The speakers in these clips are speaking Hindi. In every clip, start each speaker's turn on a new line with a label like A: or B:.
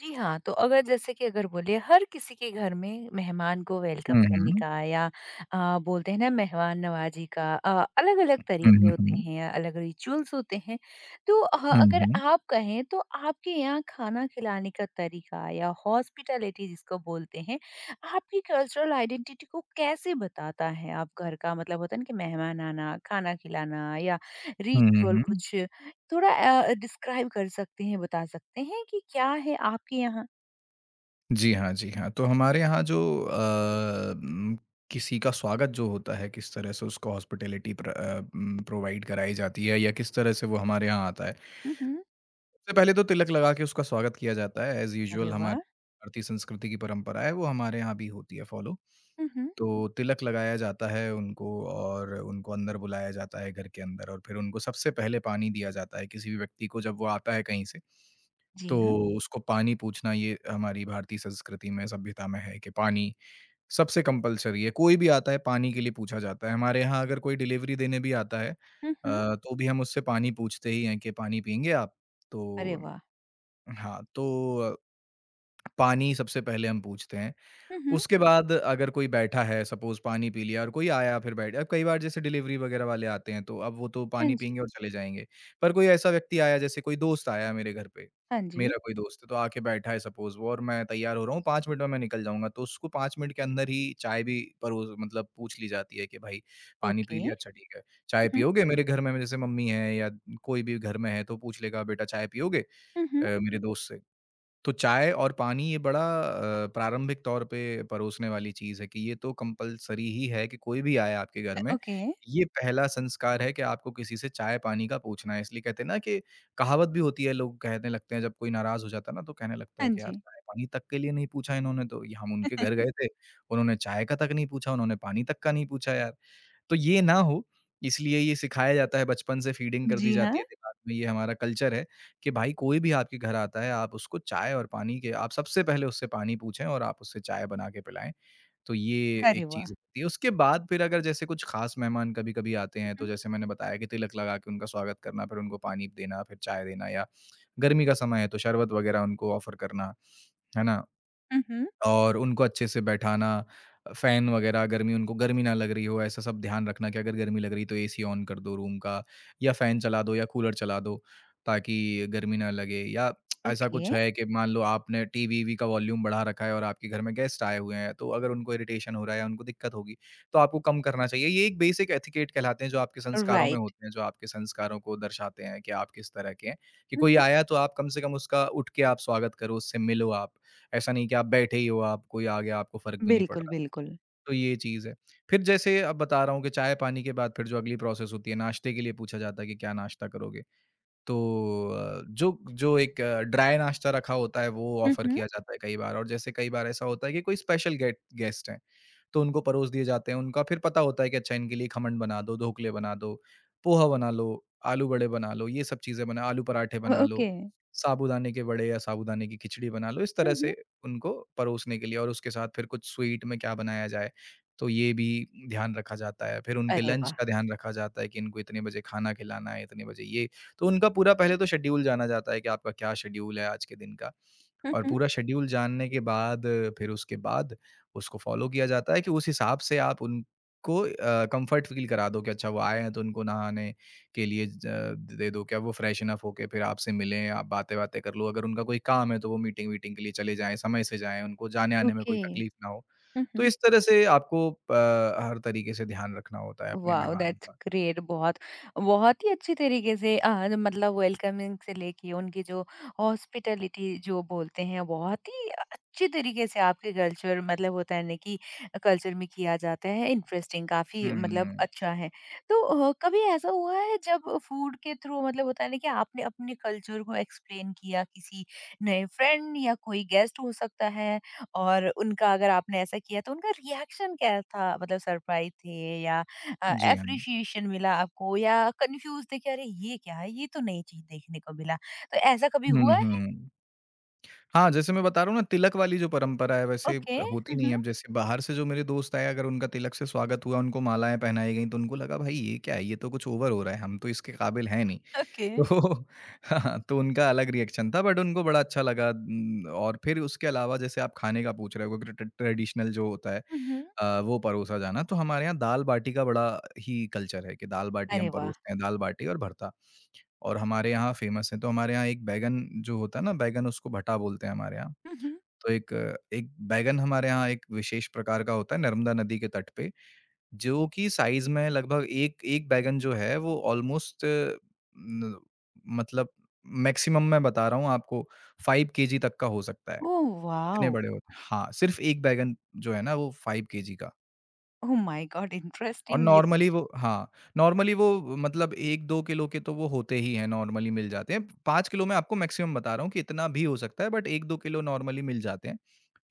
A: जी हाँ। तो अगर जैसे कि अगर बोले हर किसी के घर में मेहमान को वेलकम
B: हुँ,
A: करने
B: हुँ।
A: का या बोलते हैं ना मेहमान नवाजी का अलग-अलग
B: हुँ,
A: तरीके
B: हुँ,
A: होते
B: हुँ।
A: हैं, अलग रिचुअल्स होते हैं। तो
B: हुँ,
A: अगर
B: हुँ।
A: आप कहें तो आपके यहाँ खाना खिलाने का तरीका या हॉस्पिटैलिटी जिसको बोलते हैं, आपकी कल्चरल आइडेंटिटी को कैसे बताता है? आप घर का मतलब होता है ना कि मेहमान आना, खाना खिलाना या
B: हुँ,
A: रिचुअल
B: हुँ।
A: कुछ थोड़ा डिस्क्राइब कर सकते हैं, बता सकते हैं कि क्या है आपके यहाँ?
B: जी हाँ, जी हाँ। तो हमारे यहाँ जो अ, उम, किसी का स्वागत जो होता है, किस तरह से उसको हॉस्पिटैलिटी प्रोवाइड कराई जाती है या किस तरह से वो हमारे यहाँ आता है।
A: हुँ, हुँ।
B: सबसे पहले तो तिलक लगा के उसका स्वागत किया जाता है एज़
A: अरे
B: यूजुअल, हमारी
A: वाह!
B: भारतीय संस्कृति की परंपरा है, वो हमारे यहाँ भी होती है फॉलो।
A: हुँ, हुँ।
B: तो तिलक लगाया जाता है उनको और उनको अंदर बुलाया जाता है घर के अंदर और फिर उनको सबसे पहले पानी दिया जाता है, किसी भी व्यक्ति को जब वो आता है कहीं से। तो
A: जी हाँ।
B: उसको पानी पूछना ये हमारी भारतीय संस्कृति में, सभ्यता में है कि पानी सबसे कंपल्सरी है। कोई भी आता है पानी के लिए पूछा जाता है। हमारे यहाँ अगर कोई डिलीवरी देने भी आता है
A: हुँ, हुँ।
B: तो भी हम उससे पानी पूछते ही हैं कि पानी पिएँगे आप?
A: अरे
B: तो
A: वाह!
B: हाँ, तो पानी सबसे पहले हम पूछते हैं।
A: हुँ, हुँ।
B: उसके बाद अगर कोई बैठा है, सपोज़ पानी पी लिया और कोई आया फिर बैठ अब कई बार जैसे डिलीवरी वग़ैरह वाले आते हैं तो अब वो तो
A: हाँ
B: पानी
A: जी।
B: पिएँगे और चले जाएँगे। पर कोई ऐसा व्यक्ति आया जैसे कोई दोस्त आया मेरे घर पे,
A: हाँ जी।
B: मेरा कोई दोस्त है तो आके बैठा है सपोज़ वो और मैं तैयार हो रहा हूँ, 5 मिनट में मैं निकल जाऊँगा, तो उसको 5 मिनट के अंदर ही चाय भी परोस मतलब पूछ ली जाती है कि भाई, पानी पी
A: ओके।
B: लिया? अच्छा
A: हुँ,
B: ठीक है। चाय
A: हुँ।
B: पियोगे? मेरे घर में जैसे मम्मी है या कोई भी घर में है तो पूछ लेगा बेटा चाय पियोगे?
A: हुँ, हुँ।
B: मेरे दोस्त से। तो चाय और पानी ये बड़ा प्रारंभिक तौर पे परोसने वाली चीज़ है कि ये तो कंपल्सरी ही है कि कोई भी आए आपके घर में,
A: ओके।
B: ये पहला संस्कार है कि आपको किसी से चाय-पानी का पूछना है। इसलिए कहते हैं ना कि कहावत भी होती है, लोग कहने लगते हैं जब कोई नाराज़ हो जाता है ना, तो कहने लगता
A: हाँ
B: है कि यार
A: जी।
B: चाय-पानी तक के लिए नहीं पूछा इन्होंने तो, ये हम उनके घर गए थे, उन्होंने चाय का तक नहीं पूछा, उन्होंने पानी तक का नहीं पूछा यार। तो ये ना हो, इसलिए ये सिखाया जाता है बचपन से, फीडिंग कर दी
A: जी
B: जाती
A: हाँ।
B: है दिमाग में, ये हमारा कल्चर है कि भाई कोई भी आपके घर आता है, आप उसको चाय और पानी के, आप सबसे पहले उससे पानी पूछें और आप उससे चाय बना के पिलाएँ, तो ये
A: अरे
B: एक
A: वाह!
B: चीज़ होती है। उसके बाद फिर अगर जैसे कुछ ख़ास मेहमान कभी-कभी आते
A: हुँ,
B: हैं, तो
A: हुँ।
B: जैसे मैंने बताया कि तिलक लगा के उनका स्वागत करना, फिर उनको पानी देना, फिर चाय देना, या गर्मी का समय है, तो शरबत वग़ैरह उनको ऑफ़र करना, है ना?
A: हुँ, हुँ।
B: और उनको अच्छे से बैठाना, फैन वगैरह, गर्मी उनको गर्मी ना लग रही हो, ऐसा सब ध्यान रखना कि अगर गर्मी लग रही है तो एसी ऑन कर दो रूम का या फैन चला दो या कूलर चला दो ताकि गर्मी ना लगे, या ऐसा
A: ओके,
B: कुछ है कि मान लो आपने टीवी-वी का वॉल्यूम बढ़ा रखा है और आपके घर में गेस्ट आए हुए हैं, तो अगर उनको इरिटेशन हो रहा है या उनको दिक्कत होगी, तो आपको कम करना चाहिए। ये एक बेसिक एथिकेट कहलाते हैं जो आपके संस्कारों में
A: राइट।
B: होते हैं, जो आपके संस्कारों को दर्शाते हैं कि आप किस तरह के हैं, कि
A: हुँ,
B: कोई
A: हुँ।
B: आया तो आप कम से कम उसका उठ के आप स्वागत करो, उससे मिलो आप। ऐसा नहीं कि आप बैठे ही हो आप, कोई आ गया आपको फ़र्क भी नहीं पड़
A: बिल्कुल,
B: रहा।
A: बिल्कुल।
B: तो ये चीज़ है। फिर जैसे अब बता रहा हूँ कि चाय-पानी के बाद फिर जो अगली प्रोसेस होती है, नाश्ते के लिए पूछा जाता है कि क्या नाश्ता करोगे? तो जो जो एक ड्राई नाश्ता रखा होता है वो
A: हुँ,
B: ऑफ़र
A: हुँ।
B: किया जाता है कई बार, और जैसे कई बार ऐसा होता है कि कोई स्पेशल गेट गेस्ट हैं, तो उनको परोस दिए जाते हैं। उनका फिर पता होता है कि अच्छा इनके लिए खमन बना दो, ढोकले बना दो, पोहा बना लो, आलू बड़े बना लो, ये सब चीज़ें बना आलू पराठे
A: ओ
B: बना लो,
A: ओके।
B: साबूदाने के बड़े या साबूदाने की खिचड़ी बना लो। इस
A: हुँ,
B: तरह
A: हुँ।
B: से उनको परोसने के लिए, और उसके साथ फिर कुछ स्वीट में क्या बनाया जाए, तो ये भी ध्यान रखा जाता है। फिर उनके
A: अरे
B: लंच
A: वाह!
B: का ध्यान रखा जाता है कि इनको इतने बजे खाना खिलाना है, इतने बजे ये, तो उनका पूरा पहले तो शेड्यूल जाना जाता है कि आपका क्या शेड्यूल है आज के दिन का,
A: हुँ,
B: और
A: हुँ।
B: पूरा शेड्यूल जानने के बाद फिर उसके बाद उसको फ़ॉलो किया जाता है कि उस हिसाब से आप उनको कंफर्ट फ़ील करा दो, कि अच्छा वो आए हैं तो उनको नहाने के लिए दे दो, क्या वो फ्रेशन अप होके फिर आपसे मिलें, आप बातें-वातें कर लो। अगर उनका कोई काम है तो वो मीटिंग-वीटिंग के लिए चले जाएँ, समय से जाएँ, उनको जाने-आने में कोई
A: ओके।
B: तकलीफ़ ना हो।
A: हुँ,
B: तो
A: हुँ।
B: इस तरह से आपको हर तरीके से ध्यान रखना होता है अपने
A: वाओ,
B: मेहमानों
A: दैट्स
B: का।
A: ग्रेट। बहुत बहुत ही अच्छी तरीके से मतलब वेलकमिंग से लेके उनकी जो हॉस्पिटलिटी जो बोलते हैं बहुत ही अच्छी तरीके से आपके कल्चर मतलब होता है ना कि कल्चर में किया जाता है। इंटरेस्टिंग, काफी
B: हुँ, हुँ,
A: मतलब
B: हुँ।
A: अच्छा है। तो कभी ऐसा हुआ है जब फूड के थ्रू मतलब होता है ना कि आपने अपने कल्चर को एक्सप्लेन किया किसी नए फ्रेंड या कोई गेस्ट हो सकता है, और उनका अगर आपने ऐसा किया तो उनका रिएक्शन क्या था? मतलब सरप्राइज थे या
B: जी हाँ।
A: अप्रिशिएशन मिला आपको, या कंफ्यूज थे कि अरे ये क्या है, ये तो नई चीज देखने को मिला? तो ऐसा कभी
B: हुँ, हुँ,
A: हुआ है?
B: हुँ। हाँ, जैसे मैं बता रहा हूँ ना, तिलक वाली जो परंपरा है वैसे
A: ओके।
B: हुँ। होती नहीं
A: हम्म।
B: है। अब जैसे बाहर से जो मेरे दोस्त आए, अगर उनका तिलक से स्वागत हुआ, उनको मालाएँ पहनाई गईं, तो उनको लगा भाई ये क्या है? ये तो कुछ ओवर हो रहा है, हम तो इसके काबिल हैं नहीं।
A: ओके।
B: तो हाँ, तो उनका अलग रिएक्शन था, बट उनको बड़ा अच्छा लगा, और फिर उसके अलावा जैसे आप खाने का पूछ रहे हो, क्योंकि ट्रेडिशनल जो होता है
A: हम्म।
B: वो परोसा जाना, तो हमारे यहाँ दाल-बाटी का बड़ा ही कल्चर है कि दाल-बाटी
A: अरे
B: हम
A: वाह।
B: परोसते हैं, दाल-बाटी और भरता। और हमारे यहाँ फ़ेमस है, तो हमारे यहाँ एक बैंगन जो होता है ना, बैंगन उसको भटा बोलते हैं हमारे यहाँ।
A: हम्म।
B: तो एक बैंगन हमारे यहाँ एक विशेष प्रकार का होता है नर्मदा नदी के तट पे, जो कि साइज़ में लगभग एक एक बैंगन जो है वो ऑलमोस्ट न मतलब मैक्सिमम मैं बता रहा हूँ आपको, 5 केजी तक का हो सकता है,
A: ओह, वाओ।
B: इतने बड़े होते हैं। हाँ, सिर्फ़ 1 बैंगन जो है ना वो 5 केजी का।
A: ओह माय गॉड,
B: और
A: इंटरेस्टिंग।
B: नॉर्मली वो, हाँ, नॉर्मली वो मतलब 1-2 किलो के तो वो होते ही हैं, नॉर्मली मिल जाते हैं। 5 किलो मैं आपको मैक्सिमम बता रहा हूँ कि इतना भी हो सकता है, बट 1-2 किलो नॉर्मली मिल जाते हैं।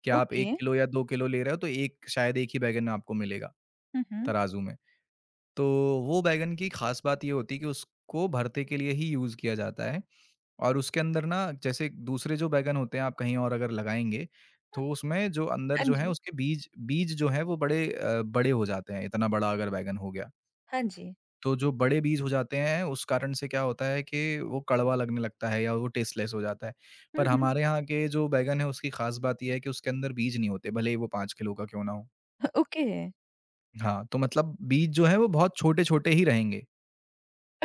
B: कि आप
A: ओके।
B: 1 किलो या 2 किलो ले रहे हो तो एक शायद 1 ही बैंगन आपको मिलेगा
A: हम्म।
B: तराजू में। तो वो बैंगन की ख़ास बात ये होती है कि उसको भरते के लिए ही यूज़ किया जाता है, और उसके अंदर ना, जैसे दूसरे जो बैंगन होते हैं आप कहीं और अगर लगाएँगे, तो उसमें जो अंदर
A: हाँ
B: जो है
A: जी।
B: उसके बीज बीज जो है वो बड़े बड़े हो जाते हैं, इतना बड़ा अगर बैंगन हो गया।
A: हाँ जी।
B: तो जो बड़े बीज हो जाते हैं उस कारण से क्या होता है कि वो कड़वा लगने लगता है या वो टेस्टलेस हो जाता है। पर
A: हम्म।
B: हमारे यहाँ के जो बैंगन है उसकी ख़ास बात ये है कि उसके अंदर बीज नहीं होते, भले ही वो 5 किलो का क्यों ना हो।
A: ओके।
B: हाँ, तो मतलब बीज जो है वो बहुत छोटे-छोटे ही रहेंगे।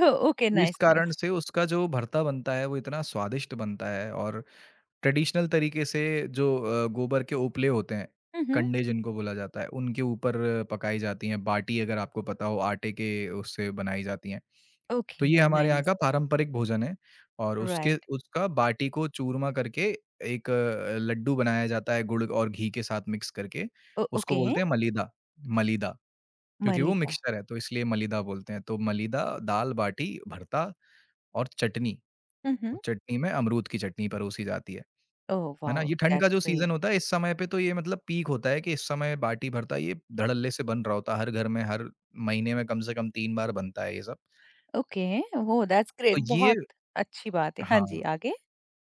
A: Oh, okay.
B: तो इस
A: नाइस,
B: कारण
A: नाइस।
B: से उसका जो भरता बनता है वो इतना स्वादिष्ट बनता है, और ट्रेडिशनल तरीके से जो गोबर के उपले होते हैं,
A: हम्म।
B: कंडे जिनको बोला जाता है, उनके ऊपर पकाई जाती हैं। बाटी, अगर आपको पता हो, आटे के उससे बनाई जाती हैं। तो
A: ओके।
B: ये हमारे यहाँ
A: नाइस।
B: का पारंपरिक भोजन है, और उसके
A: राइट।
B: उसका बाटी को चूरमा करके एक लड्डू बनाया जाता है गुड़ और घी के साथ मिक्स करके, उसको
A: ओके।
B: बोलते हैं मलीदा, मलीदा। क्योंकि वो
A: मलिदा।
B: मिक्सचर है तो इसलिए मलीदा बोलते हैं। तो मलीदा, दाल बाटी, भरता और चटनी,
A: हम्म।
B: और चटनी में अमरूद की चटनी परोसी जाती है।
A: ओह
B: है ना?
A: वाओ,
B: ये ठंड का
A: दैट्स
B: जो सीज़न
A: ग्रेट।
B: होता है इस समय पे तो ये मतलब पीक होता है कि इस समय बाटी, भरता ये धड़ल्ले से बन रहा होता है। हर घर में हर महीने में कम से कम 3 बार बनता है ये सब।
A: ओके। वो, दैट्स ग्रेट।
B: तो ये
A: बहुत अच्छी बात है। हाँ
B: हाँ।
A: जी, आगे।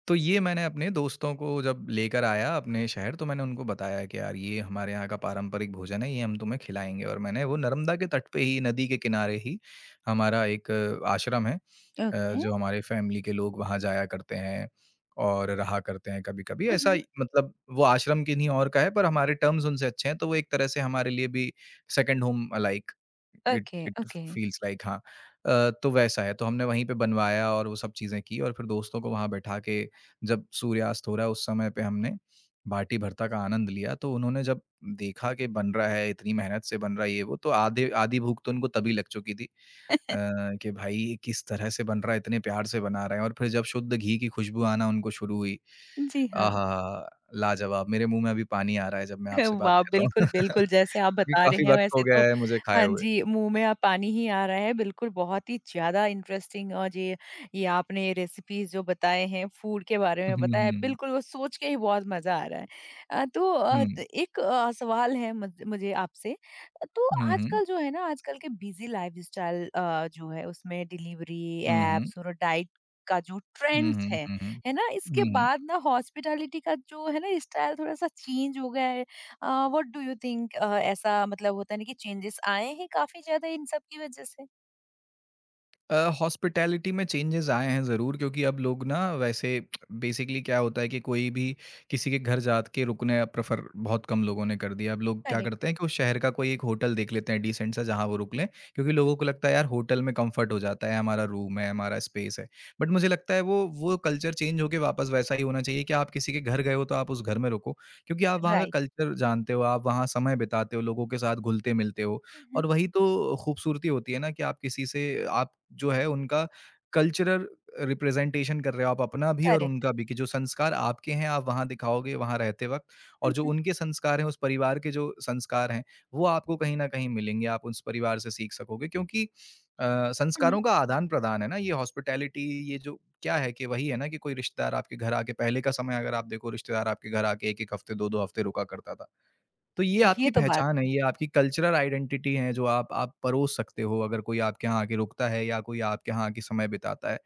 B: तो ये मैंने अपने दोस्तों को जब लेकर आया अपने शहर तो मैंने उनको बताया कि यार ये हमारे यहाँ का पारंपरिक भोजन है, ये हम तुम्हें खिलाएँगे। और मैंने वो नर्मदा के तट पे ही, नदी के किनारे ही, हमारा एक आश्रम है,
A: ओके।
B: जो हमारे फैमिली के लोग वहाँ जाया करते हैं और रहा करते हैं कभी-कभी।
A: हुँ, हुँ।
B: मतलब वो आश्रम किन्हीं और का है, पर हमारे टर्म्स उनसे अच्छे हैं, तो वो एक तरह से हमारे लिए भी second home like it
A: okay,
B: it
A: okay.
B: Feels like. हाँ। तो वैसा है, तो हमने वहीं पे बनवाया और वो सब चीज़ें की और फिर दोस्तों को वहाँ बैठा के, जब सूर्यास्त हो रहा है उस समय पे, हमने बाटी भर्ता का आनंद लिया। तो उन्होंने जब देखा कि बन रहा है, इतनी मेहनत से बन रहा है ये वो, तो आधे आधी भूख तो उनको तभी लग चुकी थी। अ, कि भाई ये किस तरह से बन रहा है, इतने प्यार से बना रहे हैं। और फिर जब शुद्ध घी की खुशबू आना उनको शुरू हुई,
A: जी, हाँ।
B: आहा! लाजवाब! मेरे मुँह में अभी पानी आ रहा है जब मैं आपसे बात
A: वाह!
B: कर रहा हूँ।
A: बिल्कुल, बिल्कुल, जैसे आप
B: क्योंकि
A: बता रहे
B: काफ़ी
A: हैं
B: वक़्त हो
A: वैसे तो
B: गया है मुझे खाए
A: हाँ
B: हुए।
A: जी, मुँह में अब पानी ही आ रहा है, बिल्कुल बहुत ही ज़्यादा इंटरेस्टिंग। और ये आपने रेसिपीज़ जो बताए हैं, फूड के बारे
B: हुँ,
A: में बताया,
B: हुँ,
A: बिल्कुल वो सोच के ही बहुत मज़ा आ रहा है। तो अ,
B: हुँ,
A: द एक सवाल है मुझे आपसे, तो
B: हुँ, हुँ,
A: आजकल जो है ना, आजकल के बिज़ी लाइफ़स्टाइल जो है उसमें डिलीवरी
B: हुँ, हुँ,
A: ऐप्स और डाइट का जो
B: हुँ, हुँ,
A: ट्रेंड्स
B: हुँ, हुँ,
A: है ना?
B: हुँ,
A: इसके
B: हुँ, हुँ।
A: बाद ना हॉस्पिटैलिटी का जो है ना स्टाइल थोड़ा-सा चेंज हो गया है। व्हाट डू यू थिंक, ऐसा मतलब होता है ना कि चेंजेस आए हैं काफी ज्यादा इन सब की वजह से?
B: हॉस्पिटैलिटी में चेंजेस आए हैं ज़रूर, क्योंकि अब लोग ना, वैसे बेसिकली क्या होता है कि कोई भी किसी के घर जा के रुकने प्रेफर बहुत कम लोगों ने कर दिया। अब लोग क्या
A: करेक्ट।
B: करते हैं कि उस शहर का कोई एक होटल देख लेते हैं डिसेंट सा, जहाँ वो रुक लें, क्योंकि लोगों को लगता है यार होटल में कंफर्ट हो जाता है, हमारा रूम है, हमारा स्पेस है। बट मुझे लगता है वो कल्चर चेंज होके वापस वैसा ही होना चाहिए कि आप किसी के घर गए हो तो आप उस घर में रुको, क्योंकि आप वहाँ का
A: राइट।
B: कल्चर जानते हो, आप वहाँ समय बिताते हो, लोगों के साथ घुलते मिलते हो।
A: हम्म।
B: और वही तो खूबसूरती होती है ना कि आप किसी से, आप जो है उनका कल्चरल रिप्रेजेंटेशन कर रहे हो, आप अपना भी और
A: करेक्ट।
B: उनका भी, कि जो संस्कार आपके हैं आप वहाँ दिखाओगे वहाँ रहते वक़्त, और जो
A: हम्म।
B: उनके संस्कार हैं, उस परिवार के जो संस्कार हैं, वो आपको कहीं न कहीं मिलेंगे, आप उस परिवार से सीख सकोगे, क्योंकि
A: हम्म।
B: संस्कारों का आदान-प्रदान है ना ये हॉस्पिटैलिटी। ये जो क्या है कि वही है ना कि कोई रिश्तेदार आपके घर आके, पहले का समय अगर आप देखो, रिश्तेदार आपके घर आके 1-1 हफ्ते, 2-2 हफ्ते रुका करता था। तो ये
A: ये
B: आपकी
A: तो बात
B: पहचान है,
A: है।
B: ये आपकी कल्चरल आइडेंटिटी है जो आप परोस सकते हो अगर कोई आपके यहाँ आके रुकता है या कोई आपके यहाँ आके समय बिताता है।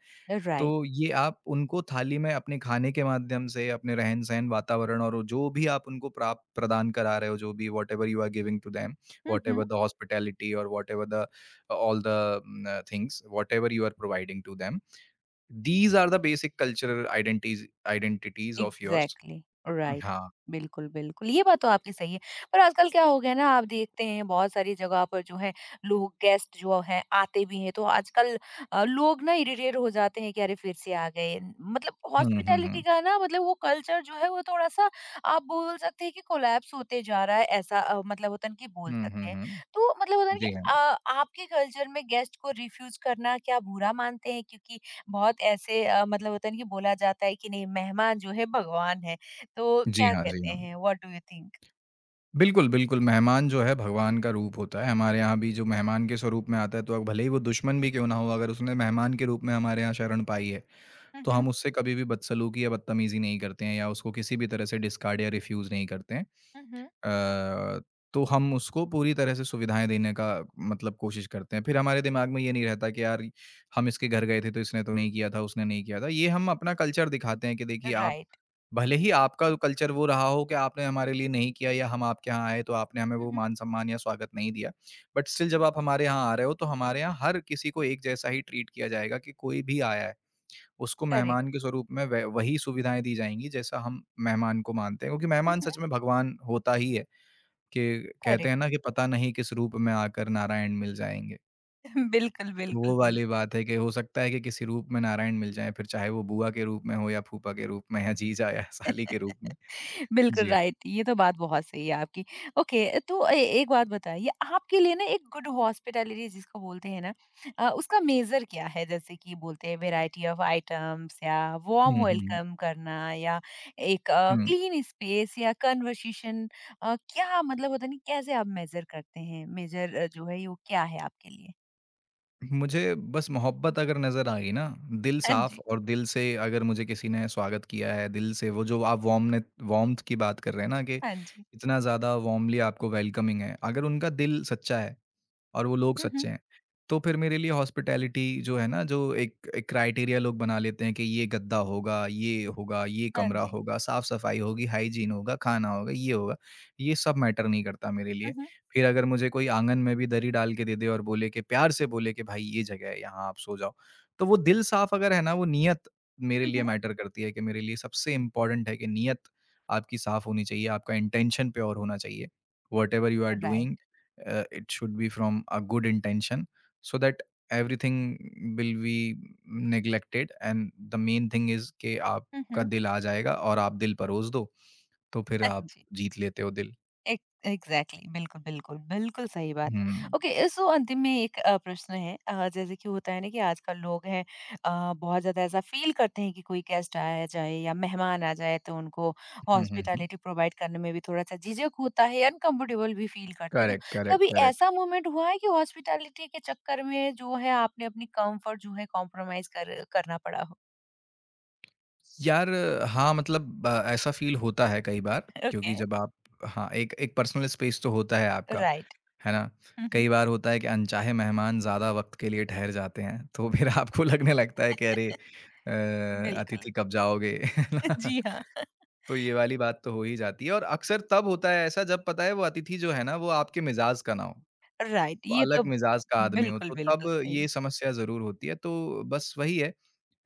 B: तो
A: राइट।
B: ये आप उनको थाली में, अपने खाने के माध्यम से, अपने रहन-सहन, वातावरण और वो जो भी आप उनको प्राप्त प्रदान करा रहे हो, जो भी whatever you are giving to them, whatever the hospitality और व्हाटएवर द ऑल द न things, whatever you are providing to them, these are the basic cultural identities identities of yours.
A: Exactly. Right.
B: हाँ।
A: बिल्कुल, बिल्कुल। ये बात तो आपकी सही है। पर आजकल क्या हो गया है ना, आप देखते हैं बहुत सारी जगह पर जो है लोग गेस्ट जो हैं आते भी हैं तो आजकल लोग ना इरिटेट हो जाते हैं कि अरे फिर से आ गए। मतलब
B: हुँ, हुँ,
A: हॉस्पिटैलिटी
B: हुँ।
A: का ना, मतलब वो कल्चर जो है वो थोड़ा-सा आप बोल सकते हैं कि कोलैप्स होते जा रहा है, ऐसा मतलब होता है ना कि बोल
B: हुँ,
A: सकते
B: हुँ,
A: हैं।
B: हुँ।
A: तो मतलब होता है ना कि
B: जी हाँ।
A: आपके कल्चर में गेस्ट को रिफ्यूज़ करना क्या बुरा मानते हैं? क्योंकि बहुत ऐसे मतलब होता है ना कि बोला जाता है कि नहीं, मेहमान जो है भगवान है, तो
B: जी
A: क्या
B: हाँ, जी
A: कहते
B: हाँ।
A: हैं? What do you think?
B: बिल्कुल, बिल्कुल, मेहमान जो है भगवान का रूप होता है। हमारे यहाँ भी जो मेहमान के स्वरूप में आता है, तो अब भले ही वो दुश्मन भी क्यों ना हो, अगर उसने मेहमान के रूप में हमारे यहाँ शरण पाई है,
A: हुँ,
B: तो
A: हुँ।
B: हम उससे कभी भी बदसलूकी या बदतमीज़ी नहीं करते हैं या उसको किसी भी तरह से डिस्कार्ड या रिफ्यूज़ नहीं करते हैं।
A: हुँ, हुँ।
B: अ, तो हम उसको पूरी तरह से सुविधाएँ देने का मतलब कोशिश करते हैं। फिर हमारे दिमाग में ये नहीं रहता कि यार हम इसके घर गए थे तो इसने तो नहीं किया था, उसने नहीं किया था। ये हम अपना कल्चर दिखाते हैं कि देखिए आप,
A: राइट।
B: भले ही आपका कल्चर वो रहा हो कि आपने हमारे लिए नहीं किया या हम आपके यहाँ आए तो आपने हमें
A: हुँ,
B: वो
A: हुँ।
B: मान-सम्मान या स्वागत नहीं दिया, बट स्टिल जब आप हमारे यहाँ आ रहे हो तो हमारे यहाँ हर किसी को एक जैसा ही ट्रीट किया जाएगा कि कोई भी आया है, उसको
A: करेक्ट।
B: मेहमान के स्वरूप में व वही सुविधाएँ दी जाएँगी जैसा हम मेहमान को मानते हैं। क्योंकि
A: हुँ,
B: मेहमान
A: हुँ।
B: सच में भगवान होता ही है। कि कहते
A: करेक्ट।
B: हैं ना कि पता नहीं किस रूप में आकर नारायण मिल जाएँगे।
A: बिल्कुल,
B: तो
A: बिल्कुल,
B: वो
A: बिल्कुल।
B: वाली बात है कि हो सकता है कि किसी रूप में नारायण मिल जाएँ, फिर चाहे वो बुआ के रूप में हो या फूफा के रूप में या जीजा या साली के रूप में।
A: बिल्कुल
B: जी हाँ।
A: राइट, ये तो बात बहुत सही है आपकी। ओके, तो एक बात बताइए, आपके लिए ना एक गुड हॉस्पिटैलिटी जिसको बोलते हैं ना, उसका मेजर क्या है? जैसे कि बोलते हैं वेराइटी ऑफ आइटम्स, या
B: हुँ,
A: वार्म
B: हुँ, हुँ।
A: वेलकम करना, या एक
B: हुँ।
A: क्लीन स्पेस या कन्वर्सेशन, क्या मतलब होता, नहीं कैसे आप मेजर करते हैं, मेजर जो है वो क्या है आपके लिए?
B: मुझे बस मोहब्बत अगर नज़र आई ना, दिल
A: हाँ
B: साफ़,
A: जी।
B: और दिल से अगर मुझे किसी ने स्वागत किया है, दिल से, वो जो आप वार्मनेत वार्म्थ की बात कर रहे हैं ना, कि
A: हाँ जी।
B: इतना ज़्यादा वार्मली आपको वेलकमिंग है, अगर उनका दिल सच्चा है और वो लोग
A: हम्म।
B: सच्चे हैं, तो फिर मेरे लिए हॉस्पिटैलिटी जो है ना, जो एक एक क्राइटेरिया लोग बना लेते हैं कि ये गद्दा होगा, ये
A: हाँ
B: कमरा
A: जी।
B: होगा, साफ-सफाई होगी, हाइजीन होगा, खाना होगा, ये होगा, ये सब मैटर नहीं करता मेरे लिए।
A: हम्म।
B: फिर अगर मुझे कोई आँगन में भी दरी डाल के दे दे और बोले, कि प्यार से बोले कि भाई ये जगह है, यहाँ आप सो जाओ, तो वो दिल साफ अगर है ना, वो नियत मेरे लिए मैटर करती है। कि मेरे लिए सबसे इम्पोर्टेंट है कि नियत आपकी साफ होनी चाहिए, आपका इंटेंशन प्योर होना चाहिए। Whatever you are doing,
A: right.
B: it should be from a good intention, so that everything will be neglected, and the main thing is कि आपका
A: हम्म।
B: दिल आ जाएगा और आप दिल परोस दो, तो फिर
A: हाँ
B: आप
A: जी।
B: जीत लेते हो दिल।
A: एक एग्जैक्टली exactly, बिल्कुल बिल्कुल बिल्कुल सही बात है।
B: हुँ।
A: ओके, सो अंतिम में एक प्रश्न है, जैसे कि होता है ना कि आजकल लोग हैं बहुत ज्यादा ऐसा फील करते हैं कि कोई गेस्ट आया जाए या मेहमान आ जाए तो उनको
B: हुँ, हुँ, हुँ।
A: हॉस्पिटैलिटी प्रोवाइड करने में भी थोड़ा सा झिझक होता है, अनकंफर्टेबल भी फील करते हैं।
B: करेक्ट,
A: तो
B: करेक्ट,
A: कभी
B: करेक्ट।
A: ऐसा मोमेंट हुआ है कि हॉस्पिटैलिटी के चक्कर में जो है आपने अपनी कंफर्ट जो है कॉम्प्रोमाइज कर करना पड़ा हो?
B: यार, हाँ, मतलब ऐसा फ़ील होता है कई बार, क्योंकि
A: ओके।
B: जब आप, हाँ, एक एक पर्सनल स्पेस तो होता है आपका।
A: राइट।
B: है ना? कई बार होता है कि अनचाहे मेहमान ज़्यादा वक़्त के लिए ठहर जाते हैं, तो फिर आपको लगने लगता है कि अरे अ,
A: बिल्कुल।
B: अतिथि कब जाओगे? है ना?
A: जी हाँ।
B: तो ये वाली बात तो हो ही जाती है, और अक्सर तब होता है ऐसा जब पता है, वो अतिथि जो है ना, वो आपके मिज़ाज का ना हो,
A: राइट, ये तो
B: अलग मिजाज का आदमी हो,
A: बिल्कुल,
B: तो तब
A: बिल्कुल सही।
B: ये समस्या ज़रूर होती है। तो बस वही है,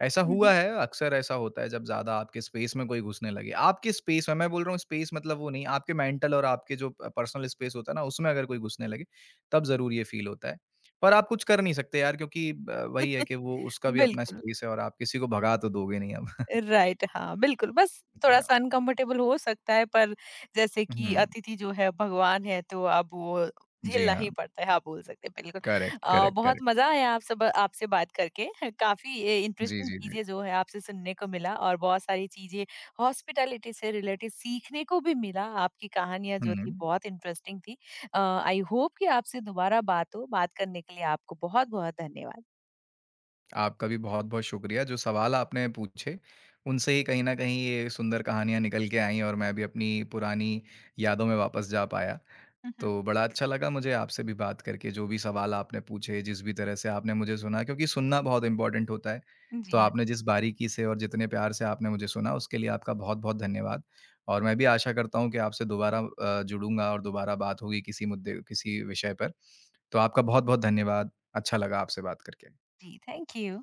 B: ऐसा
A: हुँ,
B: हुआ
A: हुँ।
B: है, अक्सर ऐसा होता है जब ज़्यादा आपके स्पेस में कोई घुसने लगे। आपके स्पेस में, मैं बोल रहा हूँ स्पेस मतलब वो नहीं, आपके मेंटल और आपके जो प पर्सनल स्पेस होता है ना, उसमें अगर कोई घुसने लगे, तब ज़रूर ये फ़ील होता है। पर आप कुछ कर नहीं सकते यार, क्योंकि ब वही है कि वो उसका भी अपना
A: बिल्कुल,
B: स्पेस है, और आप किसी को भगा तो दोगे नहीं अब।
A: राइट। हाँ, बिल्कुल, बस
B: जी हाँ।
A: थोड़ा-सा अनकम्फर्टेबल हो सकता है, पर जैसे
B: हुँ।
A: कि अतिथि जो है भगवान है तो अब वो
B: जी
A: झेलना
B: हाँ।
A: ही पड़ता है, आप बोल सकते हैं बिल्कुल।
B: करेक्ट, करेक्ट,
A: बहुत
B: करेक्ट।
A: मज़ा आया आप सब आपसे बात करके, काफ़ी ए
B: जी,
A: इंटरेस्टिंग
B: जी,
A: चीज़ें
B: जी।
A: जो है आपसे सुनने को मिला और बहुत सारी चीज़ें हॉस्पिटैलिटी से रिलेटेड सीखने को भी मिला। आपकी कहानियाँ जो थी
B: हुँ।
A: बहुत इंटरेस्टिंग थी। आई होप कि आपसे दोबारा बात हो, बात करने के लिए आपको बहुत-बहुत धन्यवाद।
B: आपका भी बहुत-बहुत शुक्रिया। जो सवाल आपने पूछे, उनसे ही कहीं न कहीं ये सुंदर कहानियाँ निकल के आईं, और मैं भी अपनी पुरानी यादों में वापस जा पाया।
A: हुँ,
B: तो बड़ा अच्छा लगा मुझे आपसे भी बात करके, जो भी सवाल आपने पूछे, जिस भी तरह से आपने मुझे सुना, क्योंकि सुनना बहुत इम्पोर्टेंट होता है।
A: हुँ। जी,
B: तो
A: हाँ,
B: आपने जिस बारीकी से और जितने प्यार से आपने मुझे सुना, उसके लिए आपका बहुत-बहुत धन्यवाद। और मैं भी आशा करता हूँ कि आपसे दोबारा जुड़ूँगा, और दोबारा बात होगी किसी मुद्दे, किसी विषय पर। तो आपका बहुत-बहुत धन्यवाद। अच्छा लगा आपसे बात करके।
A: जी, थैंक यू।